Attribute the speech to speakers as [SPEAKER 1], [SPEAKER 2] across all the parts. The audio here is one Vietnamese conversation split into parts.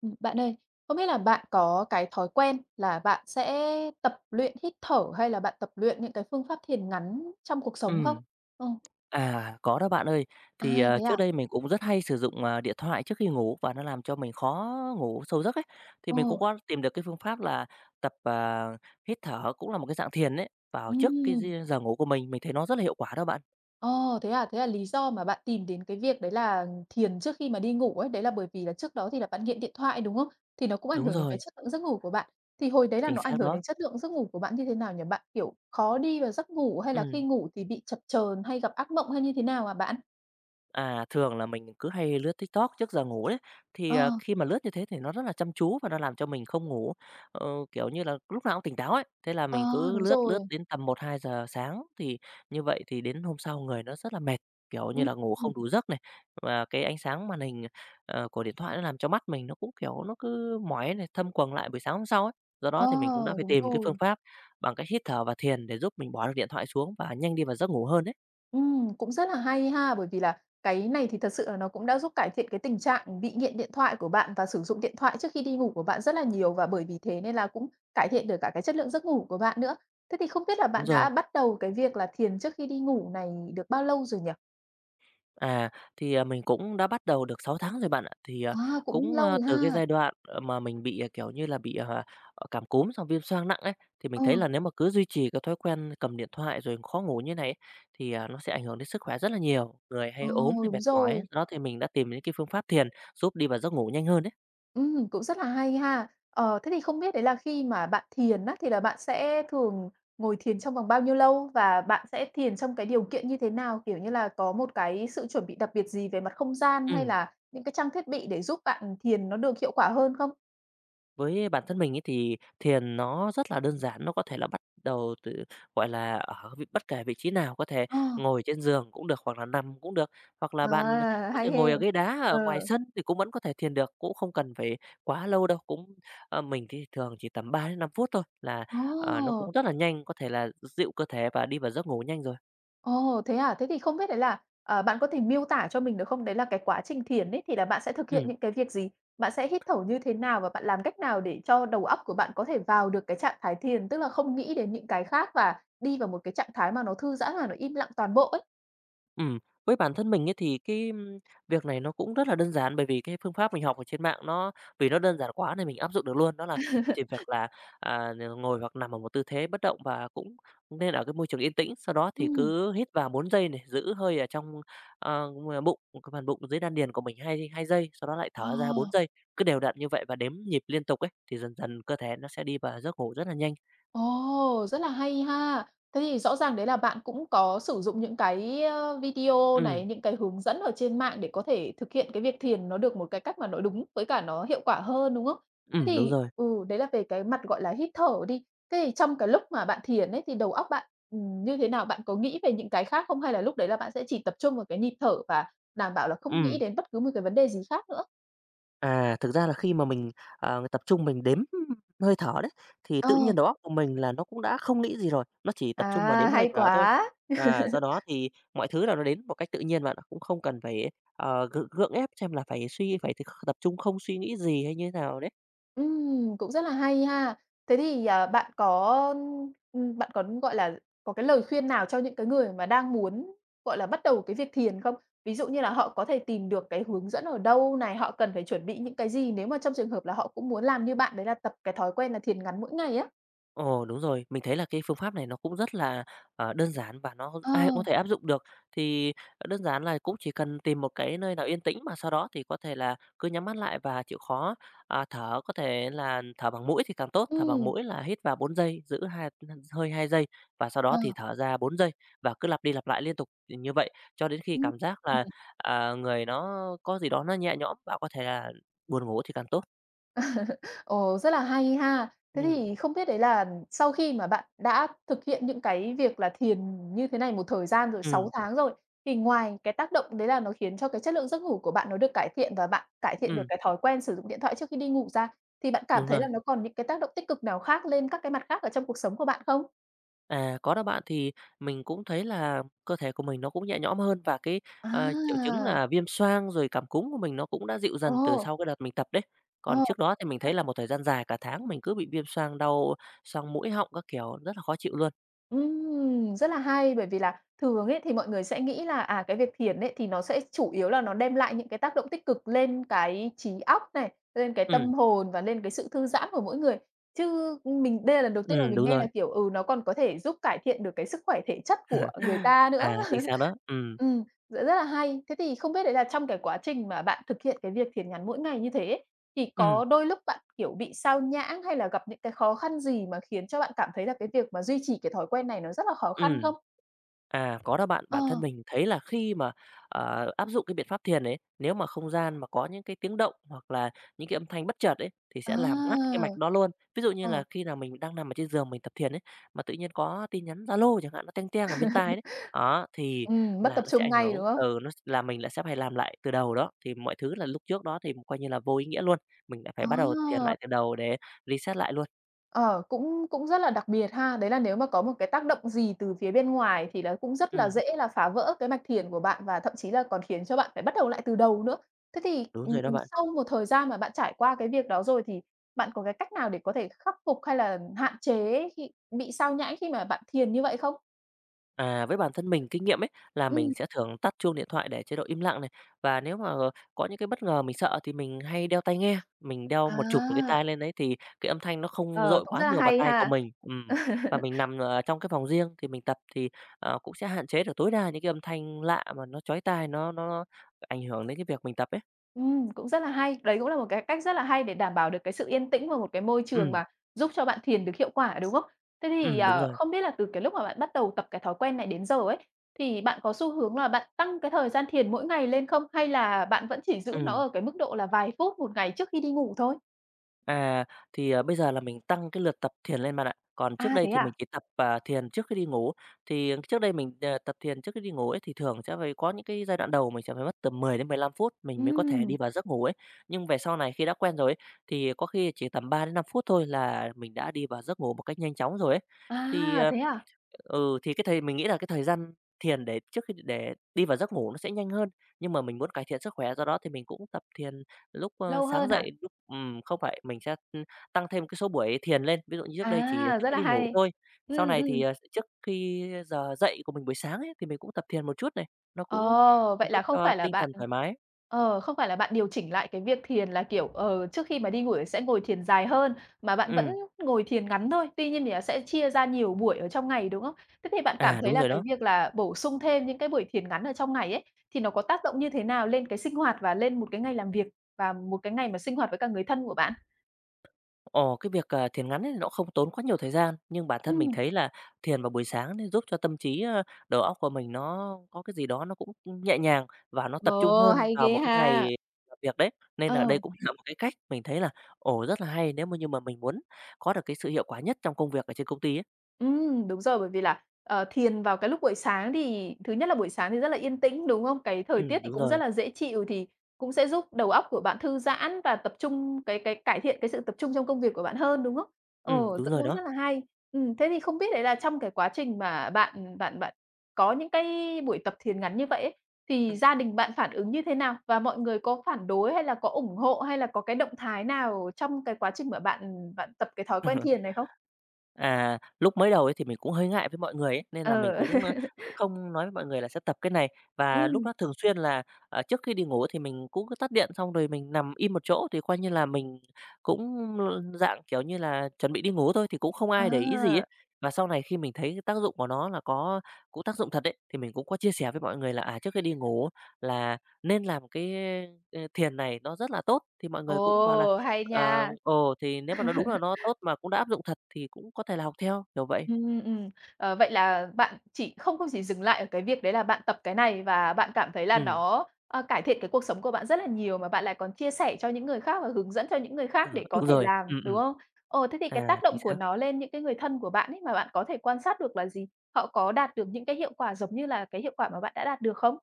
[SPEAKER 1] Bạn ơi, không biết là bạn có cái thói quen là bạn sẽ tập luyện hít thở hay là bạn tập luyện những cái phương pháp thiền ngắn trong cuộc sống không?
[SPEAKER 2] Ừm,
[SPEAKER 1] Ờ,
[SPEAKER 2] có đó bạn ơi.
[SPEAKER 1] à,
[SPEAKER 2] Thì,
[SPEAKER 1] thế à?
[SPEAKER 2] trước đây mình cũng rất hay sử dụng, điện thoại trước khi ngủ và nó làm cho mình khó ngủ sâu giấc ấy. Thì
[SPEAKER 1] Ờ,
[SPEAKER 2] mình cũng có tìm được cái phương pháp là tập, hít thở cũng là một cái dạng thiền ấy, vào trước cái
[SPEAKER 1] ừm,
[SPEAKER 2] giờ ngủ của mình thấy nó rất là hiệu quả đó bạn.
[SPEAKER 1] ờ, thế à? Thế là lý do mà bạn tìm đến cái việc đấy là thiền trước khi mà đi ngủ ấy, đấy là bởi vì là trước đó thì là bạn nghiện điện thoại, đúng không? Thì nó cũng ảnh
[SPEAKER 2] Đúng
[SPEAKER 1] hưởng đến cái
[SPEAKER 2] rồi,
[SPEAKER 1] chất lượng giấc ngủ của bạn. Thì hồi đấy là
[SPEAKER 2] chính
[SPEAKER 1] nó ảnh
[SPEAKER 2] xác
[SPEAKER 1] hưởng
[SPEAKER 2] đó.
[SPEAKER 1] đến chất lượng giấc ngủ của bạn như thế nào nhỉ? Bạn, kiểu, khó đi vào giấc ngủ hay là
[SPEAKER 2] Ừ.
[SPEAKER 1] khi ngủ thì bị chập chờn hay gặp ác mộng hay như thế nào à bạn?
[SPEAKER 2] Thường là mình cứ hay lướt TikTok trước giờ ngủ đấy. Thì,
[SPEAKER 1] Ờ,
[SPEAKER 2] khi mà lướt như thế thì nó rất là chăm chú và nó làm cho mình không ngủ, ờ, kiểu như là, lúc nào cũng tỉnh táo ấy. Thế là
[SPEAKER 1] ờ,
[SPEAKER 2] mình cứ
[SPEAKER 1] đúng
[SPEAKER 2] lướt lướt
[SPEAKER 1] rồi.
[SPEAKER 2] đến tầm 1-2 giờ sáng, thì như vậy thì đến hôm sau người nó rất là mệt, kiểu như
[SPEAKER 1] Ừm,
[SPEAKER 2] là, ngủ không
[SPEAKER 1] ừm.
[SPEAKER 2] đủ giấc này. Và cái ánh sáng màn hình, của điện thoại nó làm cho mắt mình nó cũng, kiểu, nó cứ mỏi này, thâm quầng lại buổi sáng hôm sau ấy. Do đó
[SPEAKER 1] Ờ,
[SPEAKER 2] thì mình cũng đã phải
[SPEAKER 1] đúng
[SPEAKER 2] tìm cái phương
[SPEAKER 1] rồi.
[SPEAKER 2] pháp bằng cách hít thở và thiền để giúp mình bỏ được điện thoại xuống và nhanh đi vào giấc ngủ hơn đấy.
[SPEAKER 1] Cũng rất là hay ha, bởi vì là cái này thì thật sự là nó cũng đã giúp cải thiện cái tình trạng bị nghiện điện thoại của bạn và sử dụng điện thoại trước khi đi ngủ của bạn rất là nhiều, và bởi vì thế nên là cũng cải thiện được cả cái chất lượng giấc ngủ của bạn nữa. Thế thì không biết là
[SPEAKER 2] Đúng
[SPEAKER 1] bạn
[SPEAKER 2] rồi.
[SPEAKER 1] đã bắt đầu cái việc là thiền trước khi đi ngủ này được bao lâu rồi nhỉ?
[SPEAKER 2] À, thì, à, mình cũng đã bắt đầu được 6 tháng rồi bạn ạ. Thì,
[SPEAKER 1] À, cũng
[SPEAKER 2] cũng,
[SPEAKER 1] lâu rồi
[SPEAKER 2] từ cái
[SPEAKER 1] ha.
[SPEAKER 2] giai đoạn, mà mình bị, kiểu như là, bị, cảm cúm xong viêm xoang nặng ấy, thì mình
[SPEAKER 1] Ờ,
[SPEAKER 2] thấy là nếu mà cứ duy trì cái thói quen cầm điện thoại rồi khó ngủ như này ấy, thì, nó sẽ ảnh hưởng đến sức khỏe rất là nhiều, người hay
[SPEAKER 1] ờ,
[SPEAKER 2] ốm này,
[SPEAKER 1] đúng
[SPEAKER 2] mệt mỏi ấy.
[SPEAKER 1] rồi.
[SPEAKER 2] Do đó thì mình đã tìm đến cái phương pháp thiền giúp đi vào giấc ngủ nhanh hơn đấy.
[SPEAKER 1] Cũng rất là hay ha. Ờ, thế thì không biết đấy là khi mà bạn thiền á, thì là bạn sẽ thường ngồi thiền trong vòng bao nhiêu lâu? Và bạn sẽ thiền trong cái điều kiện như thế nào? Kiểu như là, có một cái sự chuẩn bị đặc biệt gì về mặt không gian hay
[SPEAKER 2] Ừm.
[SPEAKER 1] là những cái trang thiết bị để giúp bạn thiền nó được hiệu quả hơn không?
[SPEAKER 2] Với bản thân mình ấy thì thiền nó rất là đơn giản, nó có thể là bắt đầu từ, gọi là, ở bất kể vị trí nào, có thể
[SPEAKER 1] Ờ,
[SPEAKER 2] ngồi trên giường cũng được hoặc là nằm cũng được, hoặc là bạn
[SPEAKER 1] à,
[SPEAKER 2] có thể
[SPEAKER 1] hay he,
[SPEAKER 2] ngồi ở ghế đá
[SPEAKER 1] ờ,
[SPEAKER 2] ở ngoài sân thì cũng vẫn có thể thiền được, cũng không cần phải quá lâu đâu. Mình thì thường chỉ tầm 3 đến 5 phút thôi là, nó
[SPEAKER 1] ồ!
[SPEAKER 2] cũng rất là nhanh, có thể là dịu cơ thể và đi vào giấc ngủ nhanh rồi.
[SPEAKER 1] Ồ, thế à? Thế thì không biết đấy là, ờ, bạn có thể miêu tả cho mình được không? Đấy là cái quá trình thiền ấy thì là bạn sẽ thực hiện
[SPEAKER 2] Ừm.
[SPEAKER 1] những cái việc gì? Bạn sẽ hít thở như thế nào và bạn làm cách nào để cho đầu óc của bạn có thể vào được cái trạng thái thiền, tức là không nghĩ đến những cái khác và đi vào một cái trạng thái mà nó thư giãn và nó im lặng toàn bộ ấy?
[SPEAKER 2] Ừm, với bản thân mình ấy thì cái, việc này nó cũng rất là đơn giản, bởi vì cái phương pháp mình học ở trên mạng nó vì nó đơn giản quá nên mình áp dụng được luôn. Đó là chỉ việc là, à, ngồi hoặc nằm ở một tư thế bất động và cũng nên ở cái môi trường yên tĩnh, sau đó
[SPEAKER 1] Ừ.
[SPEAKER 2] thì cứ hít vào 4 giây này, giữ hơi ở trong, bụng, cái phần bụng dưới đan điền của mình hai hai giây, sau đó lại
[SPEAKER 1] Ờ.
[SPEAKER 2] thở ra 4 giây, cứ đều đặn như vậy và đếm nhịp liên tục ấy, thì dần dần cơ thể nó sẽ đi vào giấc ngủ rất là nhanh.
[SPEAKER 1] Ồ, rất là hay ha! Thế thì rõ ràng đấy là bạn cũng có sử dụng những cái, ơ, video
[SPEAKER 2] Ừm,
[SPEAKER 1] này, những cái hướng dẫn ở trên mạng để có thể thực hiện cái việc thiền nó được một cái cách mà nó đúng với cả nó hiệu quả hơn, đúng không? Thế
[SPEAKER 2] đúng
[SPEAKER 1] thì
[SPEAKER 2] rồi,
[SPEAKER 1] ừ, đấy là về cái mặt, gọi là, hít thở đi. Thế thì trong cái lúc mà bạn thiền ấy thì đầu óc bạn, như thế nào? Bạn có nghĩ về những cái khác không? Hay là lúc đấy là bạn sẽ chỉ tập trung vào cái nhịp thở và đảm bảo là không nghĩ
[SPEAKER 2] ừm.
[SPEAKER 1] đến bất cứ một cái vấn đề gì khác nữa?
[SPEAKER 2] Thực ra là khi mà mình, tập trung mình đếm hơi thở đấy, thì
[SPEAKER 1] Ồ,
[SPEAKER 2] tự nhiên đầu óc của mình là nó cũng đã không nghĩ gì rồi, nó chỉ tập trung vào
[SPEAKER 1] à,
[SPEAKER 2] đếm hơi
[SPEAKER 1] hay
[SPEAKER 2] thở thôi.
[SPEAKER 1] quá!
[SPEAKER 2] Do đó thì mọi thứ là nó đến một cách tự nhiên bạn ạ, cũng không cần phải, gượng gượng ép xem là phải suy phải thực tập trung không suy nghĩ gì hay như thế nào đấy.
[SPEAKER 1] Cũng rất là hay ha. Thế thì, à, bạn có, gọi là, có cái lời khuyên nào cho những cái người mà đang muốn, gọi là, bắt đầu cái việc thiền không? Ví dụ như là họ có thể tìm được cái hướng dẫn ở đâu này, họ cần phải chuẩn bị những cái gì nếu mà trong trường hợp là họ cũng muốn làm như bạn, đấy là tập cái thói quen là thiền ngắn mỗi ngày á?
[SPEAKER 2] Ồ, đúng rồi. Mình thấy là cái phương pháp này nó cũng rất là, đơn giản và nó
[SPEAKER 1] Ờ.
[SPEAKER 2] ai cũng có thể áp dụng được. Thì, đơn giản là cũng chỉ cần tìm một cái nơi nào yên tĩnh mà sau đó thì có thể là cứ nhắm mắt lại và chịu khó, thở, có thể là thở bằng mũi thì càng tốt. Thở bằng
[SPEAKER 1] Ừm.
[SPEAKER 2] mũi là hít vào 4 giây, giữ hơi 2 giây và sau đó
[SPEAKER 1] Ờ.
[SPEAKER 2] thì thở ra 4 giây và cứ lặp đi lặp lại liên tục như vậy cho đến khi
[SPEAKER 1] Ừm.
[SPEAKER 2] cảm giác là, người nó có gì đó nó nhẹ nhõm và có thể là buồn ngủ thì càng tốt.
[SPEAKER 1] Ồ, rất là hay ha!
[SPEAKER 2] ừ
[SPEAKER 1] Thế thì không biết đấy là sau khi mà bạn đã thực hiện những cái việc là thiền như thế này một thời gian rồi, 6
[SPEAKER 2] ừ
[SPEAKER 1] tháng rồi, thì ngoài cái tác động đấy là nó khiến cho cái chất lượng giấc ngủ của bạn nó được cải thiện và bạn cải thiện được
[SPEAKER 2] ừm,
[SPEAKER 1] cái thói quen sử dụng điện thoại trước khi đi ngủ ra, thì bạn cảm
[SPEAKER 2] Đúng
[SPEAKER 1] thấy
[SPEAKER 2] rồi.
[SPEAKER 1] là nó còn những cái tác động tích cực nào khác lên các cái mặt khác ở trong cuộc sống của bạn không?
[SPEAKER 2] Có đó bạn. Thì mình cũng thấy là cơ thể của mình nó cũng nhẹ nhõm hơn và cái, triệu chứng
[SPEAKER 1] À!
[SPEAKER 2] là viêm xoang rồi cảm cúm của mình nó cũng đã dịu dần từ
[SPEAKER 1] Ồ,
[SPEAKER 2] sau cái đợt mình tập đấy. Còn
[SPEAKER 1] ờ.
[SPEAKER 2] trước đó thì mình thấy là một thời gian dài cả tháng mình cứ bị viêm xoang, đau xoang mũi, họng các kiểu, rất là khó chịu luôn.
[SPEAKER 1] Rất là hay, bởi vì là thường ấy thì mọi người sẽ nghĩ là, à, cái việc thiền ấy thì nó sẽ chủ yếu là nó đem lại những cái tác động tích cực lên cái trí óc này, lên cái
[SPEAKER 2] Ừm,
[SPEAKER 1] tâm hồn và lên cái sự thư giãn của mỗi người. Chứ mình đây là lần đầu tiên mà mình
[SPEAKER 2] đúng
[SPEAKER 1] nghe là,
[SPEAKER 2] rồi.
[SPEAKER 1] kiểu, ừ, nó còn có thể giúp cải thiện được cái sức khỏe thể chất của người ta nữa.
[SPEAKER 2] Chính xác đó.
[SPEAKER 1] Ừm, rất là hay. Thế thì không biết đấy là trong cái quá trình mà bạn thực hiện cái việc thiền ngắn mỗi ngày như thế ấy, thì
[SPEAKER 2] Ừm,
[SPEAKER 1] có đôi lúc bạn, kiểu, bị sao nhãng hay là gặp những cái khó khăn gì mà khiến cho bạn cảm thấy là cái việc mà duy trì cái thói quen này nó rất là khó khăn
[SPEAKER 2] ừm.
[SPEAKER 1] không?
[SPEAKER 2] Có đó bạn.
[SPEAKER 1] Ờ,
[SPEAKER 2] Bản thân mình thấy là khi mà, áp dụng cái biện pháp thiền ấy, nếu mà không gian mà có những cái tiếng động hoặc là những cái âm thanh bất chợt ấy, thì sẽ làm ngắt cái
[SPEAKER 1] à,
[SPEAKER 2] mạch đó luôn. Ví dụ như
[SPEAKER 1] ờ,
[SPEAKER 2] là khi nào mình đang nằm ở trên giường mình tập thiền ấy, mà tự nhiên có tin nhắn Zalo chẳng hạn, nó teng teng ở bên tai đấy, đó, thì
[SPEAKER 1] mất
[SPEAKER 2] là
[SPEAKER 1] tập
[SPEAKER 2] nó sẽ
[SPEAKER 1] trung
[SPEAKER 2] ảnh
[SPEAKER 1] ngay,
[SPEAKER 2] hưởng
[SPEAKER 1] đúng không?
[SPEAKER 2] ừ, nó là mình lại sẽ phải làm lại từ đầu đó, thì mọi thứ là lúc trước đó thì coi như là vô ý nghĩa luôn. Mình lại
[SPEAKER 1] Ờ.
[SPEAKER 2] phải bắt đầu thiền lại từ đầu để reset lại luôn.
[SPEAKER 1] Ờ, cũng cũng rất là đặc biệt ha. Đấy là nếu mà có một cái tác động gì từ phía bên ngoài thì là cũng rất là
[SPEAKER 2] Ừm,
[SPEAKER 1] dễ là phá vỡ cái mạch thiền của bạn và thậm chí là còn khiến cho bạn phải bắt đầu lại từ đầu nữa. Thế thì,
[SPEAKER 2] đúng rồi đó bạn.
[SPEAKER 1] sau một thời gian mà bạn trải qua cái việc đó rồi thì bạn có cái cách nào để có thể khắc phục hay là hạn chế khi bị sao nhãng khi mà bạn thiền như vậy không?
[SPEAKER 2] Với bản thân mình, kinh nghiệm ấy, là mình
[SPEAKER 1] Ừm,
[SPEAKER 2] sẽ thường tắt chuông điện thoại để chế độ im lặng này, và nếu mà có những cái bất ngờ mình sợ thì mình hay đeo tai nghe, mình đeo một chụp một cái
[SPEAKER 1] à,
[SPEAKER 2] tai lên đấy thì cái âm thanh nó không
[SPEAKER 1] ờ,
[SPEAKER 2] dội
[SPEAKER 1] cũng
[SPEAKER 2] quá
[SPEAKER 1] rất là
[SPEAKER 2] nhiều vào
[SPEAKER 1] hay
[SPEAKER 2] tai của
[SPEAKER 1] ha.
[SPEAKER 2] mình. Và mình nằm, trong cái phòng riêng thì mình tập thì, cũng sẽ hạn chế được tối đa những cái âm thanh lạ mà nó chói tai, nó ảnh hưởng đến cái việc mình tập ấy.
[SPEAKER 1] Cũng rất là hay. Đấy cũng là một cái cách rất là hay để đảm bảo được cái sự yên tĩnh và một cái môi trường
[SPEAKER 2] Ừm,
[SPEAKER 1] mà giúp cho bạn thiền được hiệu quả, đúng không? Thế thì,
[SPEAKER 2] đúng
[SPEAKER 1] ờ,
[SPEAKER 2] rồi,
[SPEAKER 1] không biết là từ cái lúc mà bạn bắt đầu tập cái thói quen này đến giờ ấy, thì bạn có xu hướng là bạn tăng cái thời gian thiền mỗi ngày lên không? Hay là bạn vẫn chỉ giữ nó
[SPEAKER 2] ừm.
[SPEAKER 1] ở cái mức độ là vài phút một ngày trước khi đi ngủ thôi?
[SPEAKER 2] À, thì, à, bây giờ là mình tăng cái lượt tập thiền lên bạn ạ. Còn trước
[SPEAKER 1] À,
[SPEAKER 2] đây
[SPEAKER 1] thế
[SPEAKER 2] thì
[SPEAKER 1] à?
[SPEAKER 2] mình chỉ tập, thiền trước khi đi ngủ. Thì trước đây mình, tập thiền trước khi đi ngủ ấy, thì thường sẽ phải có những cái giai đoạn đầu mình sẽ phải mất tầm 10 đến 15 phút mình mới có thể đi
[SPEAKER 1] Ừm,
[SPEAKER 2] vào giấc ngủ ấy. Nhưng về sau này khi đã quen rồi ấy, thì có khi chỉ tầm 3 đến 5 phút thôi là mình đã đi vào giấc ngủ một cách nhanh chóng rồi ấy. Thì,
[SPEAKER 1] à,
[SPEAKER 2] ờ
[SPEAKER 1] thế à?
[SPEAKER 2] thì cái thời mình nghĩ là cái thời gian thiền để trước khi để đi vào giấc ngủ nó sẽ nhanh hơn, nhưng mà mình muốn cải thiện sức khỏe do đó thì mình cũng tập thiền lúc,
[SPEAKER 1] Lâu
[SPEAKER 2] sáng
[SPEAKER 1] hơn hả?
[SPEAKER 2] dậy, lúc không phải mình sẽ, tăng thêm cái số buổi thiền lên, ví dụ như trước đây chỉ là
[SPEAKER 1] À,
[SPEAKER 2] trước
[SPEAKER 1] rất
[SPEAKER 2] khi
[SPEAKER 1] là
[SPEAKER 2] đi ngủ
[SPEAKER 1] hay.
[SPEAKER 2] thôi. Sau
[SPEAKER 1] Ừm,
[SPEAKER 2] này thì,
[SPEAKER 1] ừm.
[SPEAKER 2] trước khi giờ dậy của mình buổi sáng ấy, thì mình cũng tập thiền một chút này, nó cũng,
[SPEAKER 1] Ờ, vậy
[SPEAKER 2] giúp
[SPEAKER 1] là không
[SPEAKER 2] cho
[SPEAKER 1] phải là
[SPEAKER 2] tinh thần
[SPEAKER 1] bạn
[SPEAKER 2] thoải mái.
[SPEAKER 1] ờ, không phải là bạn điều chỉnh lại cái việc thiền là, kiểu, ờ, trước khi mà đi ngủ sẽ ngồi thiền dài hơn, mà bạn vẫn
[SPEAKER 2] ừ
[SPEAKER 1] ngồi thiền ngắn thôi, tuy nhiên thì nó sẽ chia ra nhiều buổi ở trong ngày, đúng không? Thế thì bạn cảm thấy
[SPEAKER 2] Đúng
[SPEAKER 1] là
[SPEAKER 2] rồi
[SPEAKER 1] cái
[SPEAKER 2] đó.
[SPEAKER 1] việc là bổ sung thêm những cái buổi thiền ngắn ở trong ngày ấy, thì nó có tác động như thế nào lên cái sinh hoạt và lên một cái ngày làm việc và một cái ngày mà sinh hoạt với cả người thân của bạn?
[SPEAKER 2] Ồ, cái việc, thiền ngắn ấy nó không tốn quá nhiều thời gian, nhưng bản thân mình
[SPEAKER 1] Ừm,
[SPEAKER 2] thấy là thiền vào buổi sáng nên giúp cho tâm trí, đầu óc của mình nó có cái gì đó nó cũng nhẹ nhàng và nó tập trung
[SPEAKER 1] ồ,
[SPEAKER 2] hơn
[SPEAKER 1] hay
[SPEAKER 2] vào
[SPEAKER 1] ghê
[SPEAKER 2] một cái
[SPEAKER 1] ha!
[SPEAKER 2] ngày làm việc đấy. Nên là đây
[SPEAKER 1] Ờ.
[SPEAKER 2] cũng là một cái cách mình thấy là, ồ, rất là hay nếu mà như mà mình muốn có được cái sự hiệu quả nhất trong công việc ở trên công ty ấy.
[SPEAKER 1] Đúng rồi, bởi vì là, ờ, thiền vào cái lúc buổi sáng thì thứ nhất là buổi sáng thì rất là yên tĩnh, đúng không? Cái thời tiết
[SPEAKER 2] Ừm,
[SPEAKER 1] thì
[SPEAKER 2] đúng
[SPEAKER 1] cũng
[SPEAKER 2] rồi,
[SPEAKER 1] rất là dễ chịu thì cũng sẽ giúp đầu óc của bạn thư giãn và tập trung cái cải thiện cái sự tập trung trong công việc của bạn hơn, đúng không? Ờ,
[SPEAKER 2] đúng
[SPEAKER 1] rất
[SPEAKER 2] rồi
[SPEAKER 1] cũng
[SPEAKER 2] đó.
[SPEAKER 1] rất là hay. Thế thì không biết đấy là trong cái quá trình mà bạn bạn bạn có những cái buổi tập thiền ngắn như vậy ấy, thì
[SPEAKER 2] Ừm.
[SPEAKER 1] gia đình bạn phản ứng như thế nào? Và mọi người có phản đối hay là có ủng hộ hay là có cái động thái nào trong cái quá trình mà bạn bạn tập cái thói quen thiền này không?
[SPEAKER 2] Lúc mới đầu ấy thì mình cũng hơi ngại với mọi người ấy, nên là mình
[SPEAKER 1] Ờ.
[SPEAKER 2] cũng, không nói với mọi người là sẽ tập cái này. Và lúc
[SPEAKER 1] Ừm,
[SPEAKER 2] đó thường xuyên là, trước khi đi ngủ thì mình cũng cứ tắt điện xong rồi mình nằm im một chỗ thì coi như là mình cũng dạng, kiểu như là, chuẩn bị đi ngủ thôi thì cũng không ai để ý gì ấy.
[SPEAKER 1] à,
[SPEAKER 2] Và sau này khi mình thấy cái tác dụng của nó là có cũng tác dụng thật đấy thì mình cũng có chia sẻ với mọi người là, trước khi đi ngủ là nên làm cái, thiền này nó rất là tốt, thì mọi người cũng bảo là
[SPEAKER 1] ồ, hay nha.
[SPEAKER 2] Thì nếu mà nó đúng là nó tốt mà cũng đã áp dụng thật thì cũng có thể là học theo, kiểu vậy.
[SPEAKER 1] Ừm, ừm, ờ, vậy là bạn chỉ không không chỉ dừng lại ở cái việc đấy là bạn tập cái này và bạn cảm thấy là
[SPEAKER 2] Ừ,
[SPEAKER 1] nó, ờ, cải thiện cái cuộc sống của bạn rất là nhiều, mà bạn lại còn chia sẻ cho những người khác và hướng dẫn cho những người
[SPEAKER 2] ờ,
[SPEAKER 1] khác để có
[SPEAKER 2] đúng
[SPEAKER 1] thể
[SPEAKER 2] rồi,
[SPEAKER 1] làm, đúng không? Ờ, thế thì cái
[SPEAKER 2] à,
[SPEAKER 1] tác
[SPEAKER 2] chính
[SPEAKER 1] động của
[SPEAKER 2] xác.
[SPEAKER 1] nó lên những cái người thân của bạn ấy mà bạn có thể quan sát được là gì? Họ có đạt được những cái hiệu quả giống như là cái hiệu quả mà bạn đã đạt được không?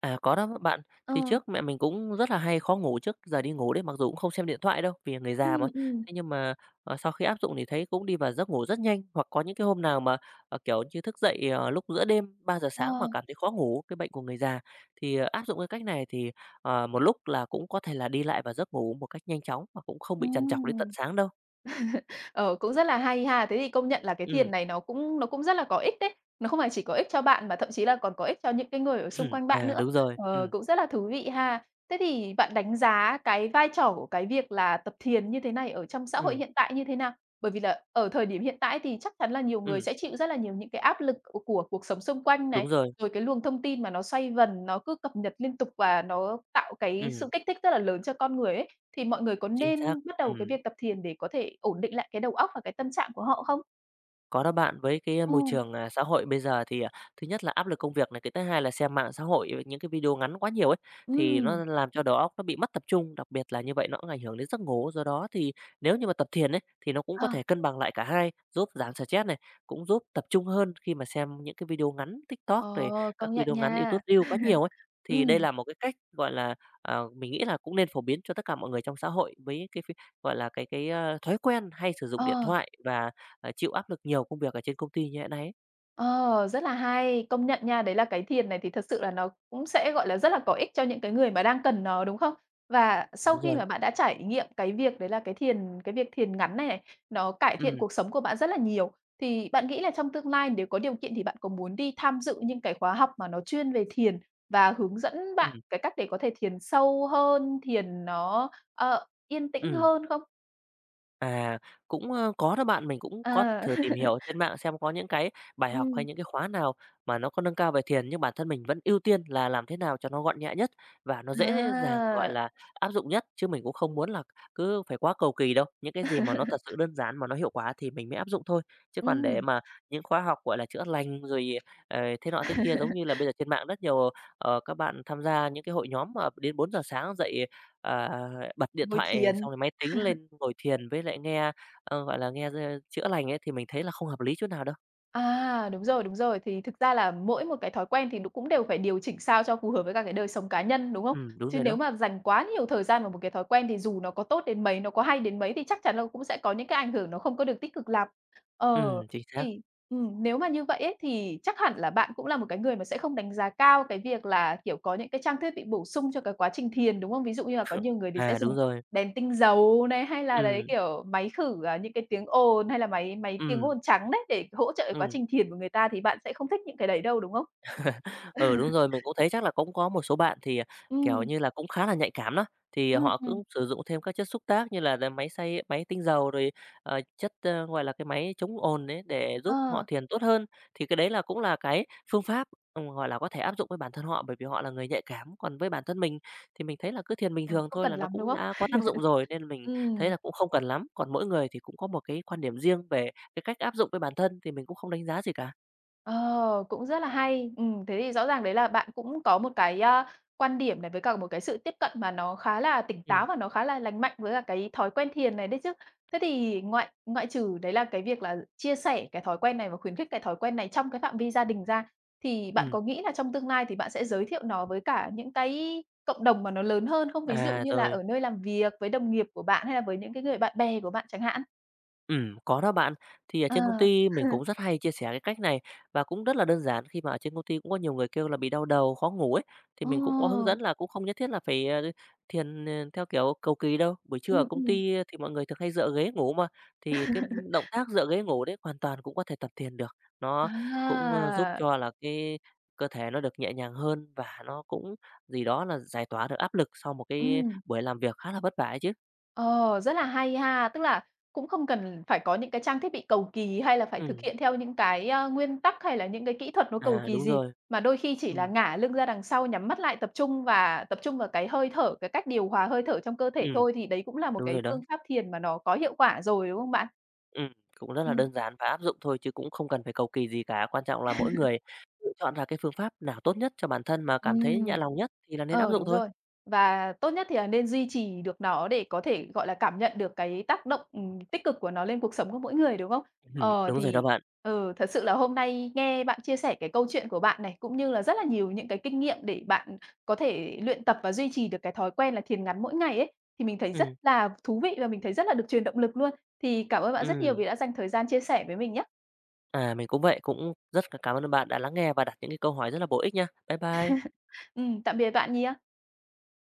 [SPEAKER 2] À, có đó bạn,
[SPEAKER 1] Ờ.
[SPEAKER 2] thì trước mẹ mình cũng rất là hay khó ngủ trước giờ đi ngủ đấy, mặc dù cũng không xem điện thoại đâu, vì người già mà.
[SPEAKER 1] Ừ,
[SPEAKER 2] Thế nhưng mà, sau khi áp dụng thì thấy cũng đi vào giấc ngủ rất nhanh, hoặc có những cái hôm nào mà, kiểu như, thức dậy, lúc giữa đêm ba giờ
[SPEAKER 1] ờ,
[SPEAKER 2] sáng mà cảm thấy khó ngủ, cái bệnh của người già, thì, áp dụng cái cách này thì, một lúc là cũng có thể là đi lại vào giấc ngủ một cách nhanh chóng mà cũng không
[SPEAKER 1] ừ.
[SPEAKER 2] bị trằn trọc đến tận sáng đâu.
[SPEAKER 1] Ờ, cũng rất là hay ha. Thế thì công nhận là cái
[SPEAKER 2] Ừ.
[SPEAKER 1] thiền này nó cũng rất là có ích đấy. Nó không phải chỉ có ích cho bạn mà thậm chí là còn có ích cho những cái người ở xung quanh bạn
[SPEAKER 2] À,
[SPEAKER 1] nữa. Ờ, cũng rất là thú vị ha. Thế thì bạn đánh giá cái vai trò của cái việc là tập thiền như thế này ở trong xã hội
[SPEAKER 2] ừm,
[SPEAKER 1] hiện tại như thế nào? Bởi vì là ở thời điểm hiện tại thì chắc chắn là nhiều người
[SPEAKER 2] ừm,
[SPEAKER 1] sẽ chịu rất là nhiều những cái áp lực của cuộc sống xung quanh
[SPEAKER 2] đúng
[SPEAKER 1] này,
[SPEAKER 2] rồi,
[SPEAKER 1] rồi cái luồng thông tin mà nó xoay vần, nó cứ cập nhật liên tục và nó tạo cái sự
[SPEAKER 2] ừm,
[SPEAKER 1] kích thích rất là lớn cho con người ấy, thì mọi người có
[SPEAKER 2] chính xác,
[SPEAKER 1] nên bắt đầu cái
[SPEAKER 2] ừm.
[SPEAKER 1] việc tập thiền để có thể ổn định lại cái đầu óc và cái tâm trạng của họ không?
[SPEAKER 2] Có đó bạn, với cái,
[SPEAKER 1] Ừ,
[SPEAKER 2] môi trường, xã hội bây giờ thì, thứ nhất là áp lực công việc này, cái thứ hai là xem mạng xã hội, những cái video ngắn quá nhiều ấy, thì
[SPEAKER 1] ừm,
[SPEAKER 2] nó làm cho đầu óc nó bị mất tập trung, đặc biệt là như vậy nó cũng ảnh hưởng đến giấc ngủ. Do đó thì nếu như mà tập thiền ấy, thì nó cũng có
[SPEAKER 1] ờ,
[SPEAKER 2] thể cân bằng lại cả hai, giúp giảm stress này, cũng giúp tập trung hơn khi mà xem những cái video ngắn TikTok rồi
[SPEAKER 1] ờ,
[SPEAKER 2] các
[SPEAKER 1] công nhận
[SPEAKER 2] video ngắn
[SPEAKER 1] nha.
[SPEAKER 2] YouTube Reels quá nhiều ấy. Thì đây
[SPEAKER 1] Ừm,
[SPEAKER 2] là một cái cách, gọi là, mình nghĩ là cũng nên phổ biến cho tất cả mọi người trong xã hội với cái gọi là, cái, thói quen hay sử dụng điện
[SPEAKER 1] ờ.
[SPEAKER 2] thoại và chịu áp lực nhiều công việc ở trên công ty như thế này ấy.
[SPEAKER 1] Ờ, rất là hay, công nhận nha. Đấy là cái thiền này thì thật sự là nó cũng sẽ, gọi là, rất là có ích cho những cái người mà đang cần nó, đúng không? Và sau
[SPEAKER 2] Đúng
[SPEAKER 1] khi
[SPEAKER 2] rồi.
[SPEAKER 1] mà bạn đã trải nghiệm cái việc đấy là cái việc thiền ngắn này này, nó cải thiện
[SPEAKER 2] Ừm,
[SPEAKER 1] cuộc sống của bạn rất là nhiều, thì bạn nghĩ là trong tương lai nếu có điều kiện thì bạn có muốn đi tham dự những cái khóa học mà nó chuyên về thiền và hướng dẫn bạn
[SPEAKER 2] ừm,
[SPEAKER 1] cái cách để có thể thiền sâu hơn, thiền nó, yên tĩnh
[SPEAKER 2] ừm.
[SPEAKER 1] hơn không?
[SPEAKER 2] À, cũng, có đó bạn, mình cũng có
[SPEAKER 1] Ờ.
[SPEAKER 2] thử tìm hiểu trên mạng xem có những cái bài học hay
[SPEAKER 1] Ừm.
[SPEAKER 2] những cái khóa nào mà nó có nâng cao về thiền, nhưng bản thân mình vẫn ưu tiên là làm thế nào cho nó gọn nhẹ nhất và nó dễ dàng, gọi
[SPEAKER 1] À.
[SPEAKER 2] là, áp dụng nhất, chứ mình cũng không muốn là cứ phải quá cầu kỳ đâu. Những cái gì mà nó thật sự đơn giản mà nó hiệu quả thì mình mới áp dụng thôi, chứ còn để
[SPEAKER 1] Ừm,
[SPEAKER 2] mà những khóa học, gọi là, chữa lành rồi, thế nọ thế kia, giống như là bây giờ trên mạng rất nhiều, các bạn tham gia những cái hội nhóm mà đến 4 giờ sáng dậy bật điện
[SPEAKER 1] ngồi
[SPEAKER 2] thoại
[SPEAKER 1] thiền.
[SPEAKER 2] xong rồi máy tính lên ngồi thiền với lại nghe, gọi là, nghe chữa lành ấy thì mình thấy là không hợp lý chút nào đâu.
[SPEAKER 1] À, đúng rồi, đúng rồi. Thì thực ra là mỗi một cái thói quen thì nó cũng đều phải điều chỉnh sao cho phù hợp với cả cái đời sống cá nhân, đúng không?
[SPEAKER 2] Đúng
[SPEAKER 1] Chứ
[SPEAKER 2] rồi
[SPEAKER 1] nếu
[SPEAKER 2] đó.
[SPEAKER 1] mà dành quá nhiều thời gian vào một cái thói quen thì dù nó có tốt đến mấy, nó có hay đến mấy thì chắc chắn là cũng sẽ có những cái ảnh hưởng nó không có được tích cực lắm. Ờ,
[SPEAKER 2] Chính xác.
[SPEAKER 1] thì nếu mà như vậy ấy, thì chắc hẳn là bạn cũng là một cái người mà sẽ không đánh giá cao cái việc là, kiểu, có những cái trang thiết bị bổ sung cho cái quá trình thiền, đúng không? Ví dụ như là có nhiều người thì sẽ
[SPEAKER 2] À, đúng
[SPEAKER 1] dùng
[SPEAKER 2] rồi.
[SPEAKER 1] đèn tinh dầu này, hay là đấy,
[SPEAKER 2] Ừm,
[SPEAKER 1] kiểu, máy khử, à, những cái tiếng ồn, hay là máy máy tiếng
[SPEAKER 2] ừm,
[SPEAKER 1] ồn trắng đấy, để hỗ trợ quá
[SPEAKER 2] ừm.
[SPEAKER 1] trình thiền của người ta thì bạn sẽ không thích những cái đấy đâu, đúng không?
[SPEAKER 2] Ừ, đúng rồi, mình cũng thấy chắc là cũng có một số bạn thì, kiểu
[SPEAKER 1] Ừm,
[SPEAKER 2] như là, cũng khá là nhạy cảm đó, thì
[SPEAKER 1] ừm,
[SPEAKER 2] họ
[SPEAKER 1] ừm,
[SPEAKER 2] cũng sử dụng thêm các chất xúc tác như là máy tinh dầu rồi, gọi là, cái máy chống ồn ấy để giúp họ
[SPEAKER 1] ờ,
[SPEAKER 2] thiền tốt hơn. Thì cái đấy là cũng là cái phương pháp, gọi là, có thể áp dụng với bản thân họ bởi vì họ là người nhạy cảm. Còn với bản thân mình thì mình thấy là cứ thiền bình
[SPEAKER 1] ờ,
[SPEAKER 2] thường
[SPEAKER 1] không
[SPEAKER 2] thôi
[SPEAKER 1] cần
[SPEAKER 2] là nó
[SPEAKER 1] lắm, đúng
[SPEAKER 2] cũng
[SPEAKER 1] không?
[SPEAKER 2] đã có tác dụng rồi, nên mình thấy
[SPEAKER 1] Ừm.
[SPEAKER 2] là cũng không cần lắm. Còn mỗi người thì cũng có một cái quan điểm riêng về cái cách áp dụng với bản thân thì mình cũng không đánh giá gì cả.
[SPEAKER 1] Ờ, cũng rất là hay. Thế thì rõ ràng đấy là bạn cũng có một cái, a, quan điểm này, với cả một cái sự tiếp cận mà nó khá là tỉnh
[SPEAKER 2] Ừm,
[SPEAKER 1] táo và nó khá là lành mạnh với cả cái thói quen thiền này đấy chứ. Thế thì ngoại ngoại trừ đấy là cái việc là chia sẻ cái thói quen này và khuyến khích cái thói quen này trong cái phạm vi gia đình ra, thì bạn
[SPEAKER 2] ừm,
[SPEAKER 1] có nghĩ là trong tương lai thì bạn sẽ giới thiệu nó với cả những cái cộng đồng mà nó lớn hơn không? Ví dụ
[SPEAKER 2] à,
[SPEAKER 1] như là
[SPEAKER 2] rồi.
[SPEAKER 1] ở nơi làm việc, với đồng nghiệp của bạn hay là với những cái người bạn bè của bạn chẳng hạn?
[SPEAKER 2] Có đó bạn. Thì ở trên công
[SPEAKER 1] Ờ.
[SPEAKER 2] ty mình cũng rất hay chia sẻ cái cách này và cũng rất là đơn giản khi mà ở trên công ty cũng có nhiều người kêu là bị đau đầu, khó ngủ ấy, thì mình cũng có hướng
[SPEAKER 1] Ồ,
[SPEAKER 2] dẫn là cũng không nhất thiết là phải, thiền, theo kiểu cầu kỳ đâu. Buổi trưa ở công
[SPEAKER 1] ừm.
[SPEAKER 2] ty thì mọi người thường hay dựa ghế ngủ mà, thì cái động tác dựa ghế ngủ đấy hoàn toàn cũng có thể tập thiền được. Nó cũng, giúp
[SPEAKER 1] À!
[SPEAKER 2] cho là cái cơ thể nó được nhẹ nhàng hơn và nó cũng gì đó là giải tỏa được áp lực sau một cái
[SPEAKER 1] Ừm,
[SPEAKER 2] buổi làm việc khá là vất vả ấy chứ.
[SPEAKER 1] ờ, rất là hay ha. Tức là cũng không cần phải có những cái trang thiết bị cầu kỳ, hay là phải thực
[SPEAKER 2] Ừm,
[SPEAKER 1] hiện theo những cái, a, nguyên tắc, hay là những cái kỹ thuật nó cầu
[SPEAKER 2] à,
[SPEAKER 1] kỳ
[SPEAKER 2] đúng
[SPEAKER 1] gì,
[SPEAKER 2] rồi.
[SPEAKER 1] mà đôi khi chỉ là
[SPEAKER 2] Ừm,
[SPEAKER 1] ngả lưng ra đằng sau, nhắm mắt lại, tập trung và tập trung vào cái hơi thở, cái cách điều hòa hơi thở trong cơ thể
[SPEAKER 2] ừm.
[SPEAKER 1] thôi, thì đấy cũng là một
[SPEAKER 2] Đúng
[SPEAKER 1] cái
[SPEAKER 2] rồi đó.
[SPEAKER 1] phương pháp thiền mà nó có hiệu quả rồi, đúng không bạn?
[SPEAKER 2] Ừm, cũng rất là
[SPEAKER 1] Ừm.
[SPEAKER 2] đơn giản và áp dụng thôi chứ cũng không cần phải cầu kỳ gì cả. Quan trọng là mỗi người tự chọn ra cái phương pháp nào tốt nhất cho bản thân mà cảm thấy nhẹ
[SPEAKER 1] Ừm.
[SPEAKER 2] lòng nhất thì là nên áp
[SPEAKER 1] Ờ,
[SPEAKER 2] dụng
[SPEAKER 1] đúng
[SPEAKER 2] thôi.
[SPEAKER 1] rồi. Và tốt nhất thì là nên duy trì được nó để có thể, gọi là, cảm nhận được cái tác động, tích cực của nó lên cuộc sống của mỗi người, đúng không? Ờ,
[SPEAKER 2] Đúng rồi đó
[SPEAKER 1] thì
[SPEAKER 2] bạn.
[SPEAKER 1] ừ, thật sự là hôm nay nghe bạn chia sẻ cái câu chuyện của bạn này, cũng như là rất là nhiều những cái kinh nghiệm để bạn có thể luyện tập và duy trì được cái thói quen là thiền ngắn mỗi ngày ấy, thì mình thấy rất
[SPEAKER 2] Ừm,
[SPEAKER 1] là thú vị và mình thấy rất là được truyền động lực luôn. Thì cảm ơn bạn rất nhiều
[SPEAKER 2] ừm.
[SPEAKER 1] vì đã dành thời gian chia sẻ với mình nhá.
[SPEAKER 2] À, mình cũng vậy, cũng rất là cảm ơn bạn đã lắng nghe và đặt những cái câu hỏi rất là bổ ích nha. Bye bye.
[SPEAKER 1] Tạm biệt bạn nhé.